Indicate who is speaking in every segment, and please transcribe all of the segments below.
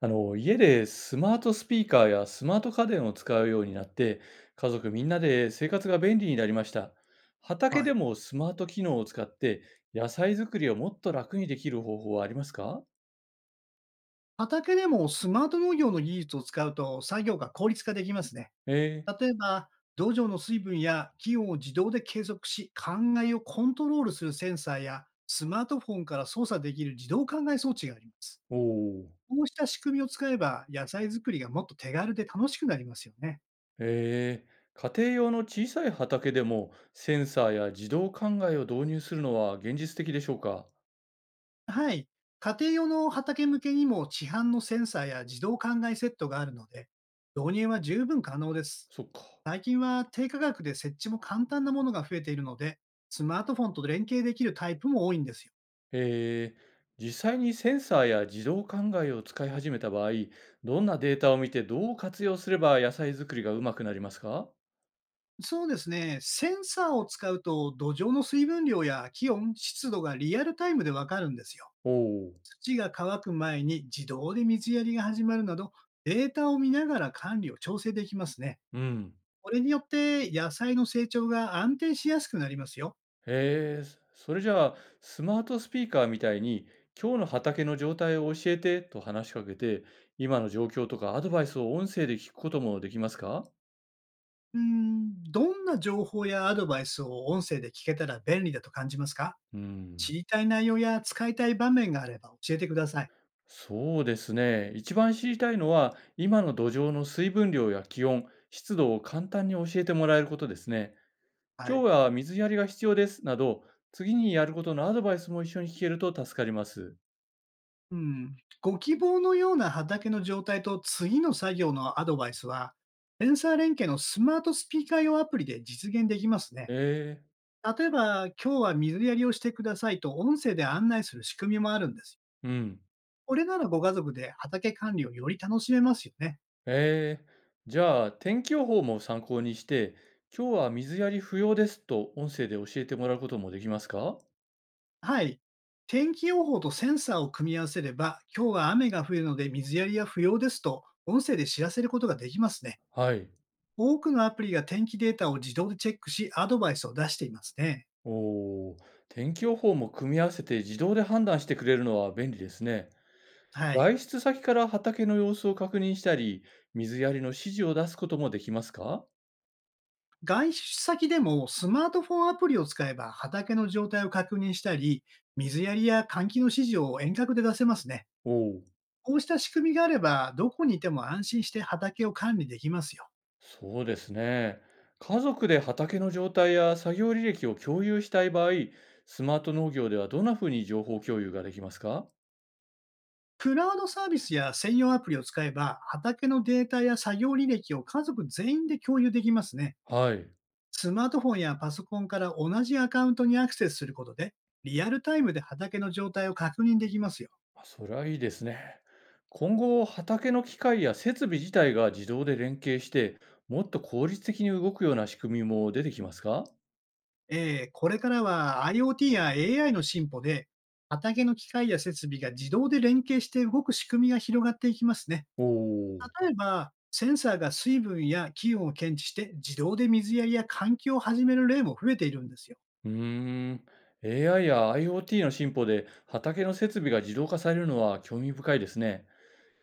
Speaker 1: 家でスマートスピーカーやスマート家電を使うようになって、家族みんなで生活が便利になりました。畑
Speaker 2: は
Speaker 1: で
Speaker 2: い。
Speaker 1: もスマート機能を使って野菜作りをもっと楽にできる方法はありますか？
Speaker 2: 畑でもスマート農業の技術を使うと作業が効率化できますね。
Speaker 1: えー、
Speaker 2: 例えば、土壌の水分や気温を自動で計測し、灌漑をコントロールするセンサーや、スマートフォンから操作できる自動灌漑装置があります。
Speaker 1: おお。
Speaker 2: こうした仕組みを使えば、野菜作りがもっと手軽で楽しくなりますよね。
Speaker 1: え家庭用の小さい畑でもセンサーや自動灌漑を導入するのは現実的でしょうか？
Speaker 2: はい。家庭用の畑向けにも市販のセンサーや自動灌漑セットがあるので、導入は十分可能です。
Speaker 1: そっか。
Speaker 2: 最近は低価格で設置も簡単なものが増えているので、スマートフォンと連携できるタイプも多いんですよ。
Speaker 1: えー実際にセンサーや自動考えを使い始めた場合、どんなデータを見てどう活用すれば野菜作りがうまくなりますか？
Speaker 2: そうですね。センサーを使うと土壌の水分量や気温、湿度がリアルタイムでわかるんですよ。
Speaker 1: おおう、
Speaker 2: 土が乾く前に自動で水やりが始まるなど、データを見ながら管理を調整できますね。
Speaker 1: うん。
Speaker 2: これによって野菜の成長が安定しやすくなりますよ。
Speaker 1: へえ、それじゃあ、スマートスピーカーみたいに、今日の畑の状態を教えてと話しかけて、今の状況とかアドバイスを音声で聞くこともできますか？
Speaker 2: うーん、どんな情報やアドバイスを音声で聞けたら便利だと感じますか？
Speaker 1: う
Speaker 2: 知
Speaker 1: ん、
Speaker 2: りたい内容や使いたい場面があれば教えてください。
Speaker 1: そうですね。一番知りたいのは、今の土壌の水分量や気温、湿度を簡単に教えてもらえることですね。
Speaker 2: は
Speaker 1: 今日
Speaker 2: い。
Speaker 1: は水やりが必要です。など、次にやることのアドバイスも一緒に聞けると助かります。
Speaker 2: うん。ご希望のような畑の状態と次の作業のアドバイスは、センサー連携のスマートスピーカー用アプリで実現できますね。
Speaker 1: ええ、
Speaker 2: 例えば、今日は水やりをしてくださいと音声で案内する仕組みもあるんですよ。
Speaker 1: うん。
Speaker 2: これならご家族で畑管理をより楽しめますよね。
Speaker 1: ええ。じゃあ、天気予報も参考にして、今日は水やり不要ですと音声で教えてもらうこともできますか？
Speaker 2: はい。天気予報とセンサーを組み合わせれば、今日は雨が降るので水やりは不要ですと音声で知らせることができますね。
Speaker 1: はい。
Speaker 2: 多くのアプリが天気データを自動でチェックし、アドバイスを出していますね。
Speaker 1: おお、天気予報も組み合わせて自動で判断してくれるのは便利ですね。
Speaker 2: はい。
Speaker 1: 外出先から畑の様子を確認したり、水やりの指示を出すこともできますか？
Speaker 2: 外出先でもスマートフォンアプリを使えば畑の状態を確認したり、水やりや換気の指示を遠隔で出せますね。
Speaker 1: おおー。
Speaker 2: こうした仕組みがあれば、どこにいても安心して畑を管理できますよ。
Speaker 1: そうですね。家族で畑の状態や作業履歴を共有したい場合、スマート農業ではどんなふうに情報共有ができますか？
Speaker 2: クラウドサービスや専用アプリを使えば、畑のデータや作業履歴を家族全員で共有できますね。
Speaker 1: はい。
Speaker 2: スマートフォンやパソコンから同じアカウントにアクセスすることで、リアルタイムで畑の状態を確認できますよ。
Speaker 1: あ、それはいいですね。今後、畑の機械や設備自体が自動で連携して、もっと効率的に動くような仕組みも出てきますか？
Speaker 2: これからは IoT や AI の進歩で、畑の機械や設備が自動で連携して動く仕組みが広がっていきますね。
Speaker 1: おおー、
Speaker 2: 例えば、センサーが水分や気温を検知して、自動で水やりや換気を始める例も増えているんですよ。
Speaker 1: うーん。AI や IoT の進歩で畑の設備が自動化されるのは興味深いですね。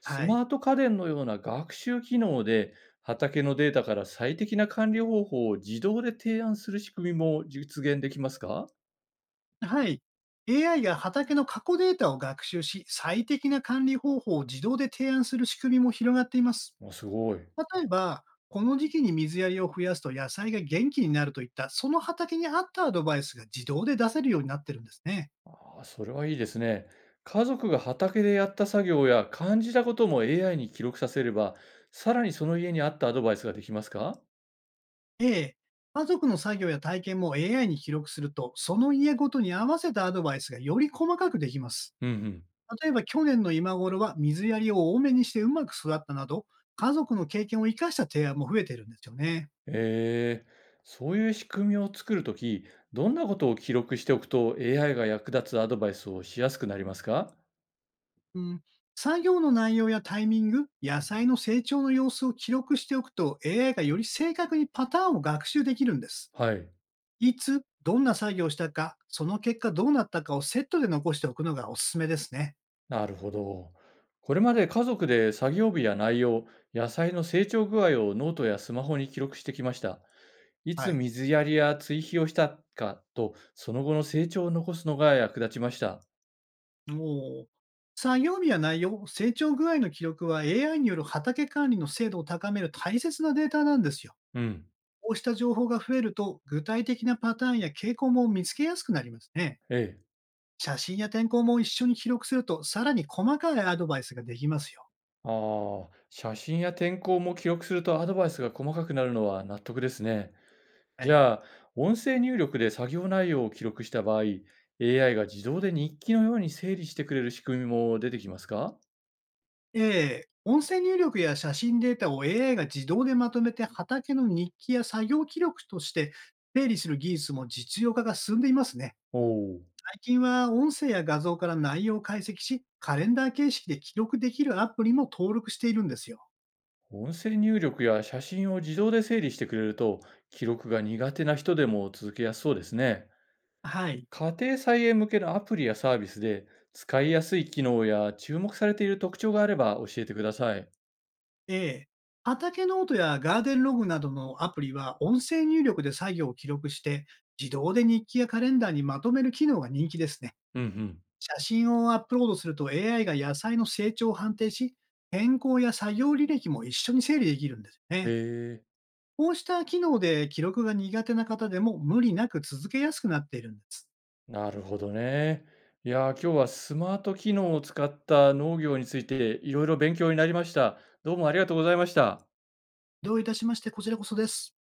Speaker 1: ス
Speaker 2: はい。
Speaker 1: マート家電のような学習機能で、畑のデータから最適な管理方法を自動で提案する仕組みも実現できますか？
Speaker 2: はい。AI が畑の過去データを学習し、最適な管理方法を自動で提案する仕組みも広がっています。
Speaker 1: あ、すごい。
Speaker 2: 例えば、この時期に水やりを増やすと野菜が元気になるといった、その畑に合ったアドバイスが自動で出せるようになってるんですね。
Speaker 1: ああ、それはいいですね。家族が畑でやった作業や感じたことも AI に記録させれば、さらにその家に合ったアドバイスができますか？
Speaker 2: ええ。家族の作業や体験も AI に記録すると、その家ごとに合わせたアドバイスがより細かくできます。
Speaker 1: うんうん。
Speaker 2: 例えば去年の今頃は水やりを多めにしてうまく育ったなど、家族の経験を生かした提案も増えているんですよね。
Speaker 1: ええ。そういう仕組みを作るとき、どんなことを記録しておくと AI が役立つアドバイスをしやすくなりますか？
Speaker 2: うん、作業の内容やタイミング、野菜の成長の様子を記録しておくと AI がより正確にパターンを学習できるんです。
Speaker 1: はい。
Speaker 2: いつ、どんな作業をしたか、その結果どうなったかをセットで残しておくのがおすすめですね。
Speaker 1: なるほど。これまで家族で作業日や内容、野菜の成長具合をノートやスマホに記録してきました。い
Speaker 2: は
Speaker 1: つ
Speaker 2: い。
Speaker 1: 水やりや追肥をしたかと、その後の成長を残すのが役立ちました。
Speaker 2: もう、作業日や内容、成長具合の記録は AI による畑管理の精度を高める大切なデータなんですよ。
Speaker 1: うん。
Speaker 2: こうした情報が増えると、具体的なパターンや傾向も見つけやすくなりますね。
Speaker 1: ええ。
Speaker 2: 写真や天候も一緒に記録すると、さらに細かいアドバイスができますよ。
Speaker 1: ああ、写真や天候も記録するとアドバイスが細かくなるのは納得ですね。
Speaker 2: は
Speaker 1: じ
Speaker 2: い。
Speaker 1: ゃあ、音声入力で作業内容を記録した場合、AI が自動で日記のように整理してくれる仕組みも出てきますか？
Speaker 2: ええ、音声入力や写真データを AI が自動でまとめて、畑の日記や作業記録として整理する技術も実用化が進んでいますね。
Speaker 1: おおー。
Speaker 2: 最近は音声や画像から内容を解析し、カレンダー形式で記録できるアプリも登録しているんですよ。
Speaker 1: 音声入力や写真を自動で整理してくれると、記録が苦手な人でも続けやすそうですね。
Speaker 2: はい。
Speaker 1: 家庭菜園向けのアプリやサービスで、使いやすい機能や注目されている特徴があれば教えてください。
Speaker 2: ええ。畑ノートやガーデンログなどのアプリは音声入力で作業を記録して、自動で日記やカレンダーにまとめる機能が人気ですね。
Speaker 1: うんうん。
Speaker 2: 写真をアップロードすると AI が野菜の成長を判定し、変更や作業履歴も一緒に整理できるんですよね。
Speaker 1: え
Speaker 2: こうした機能で記録が苦手な方でも無理なく続けやすくなっているんです。
Speaker 1: え、なるほどね。いやー、今日はスマート機能を使った農業についていろいろ勉強になりました。どうもありがとうございました。
Speaker 2: どういたしまして、こちらこそです。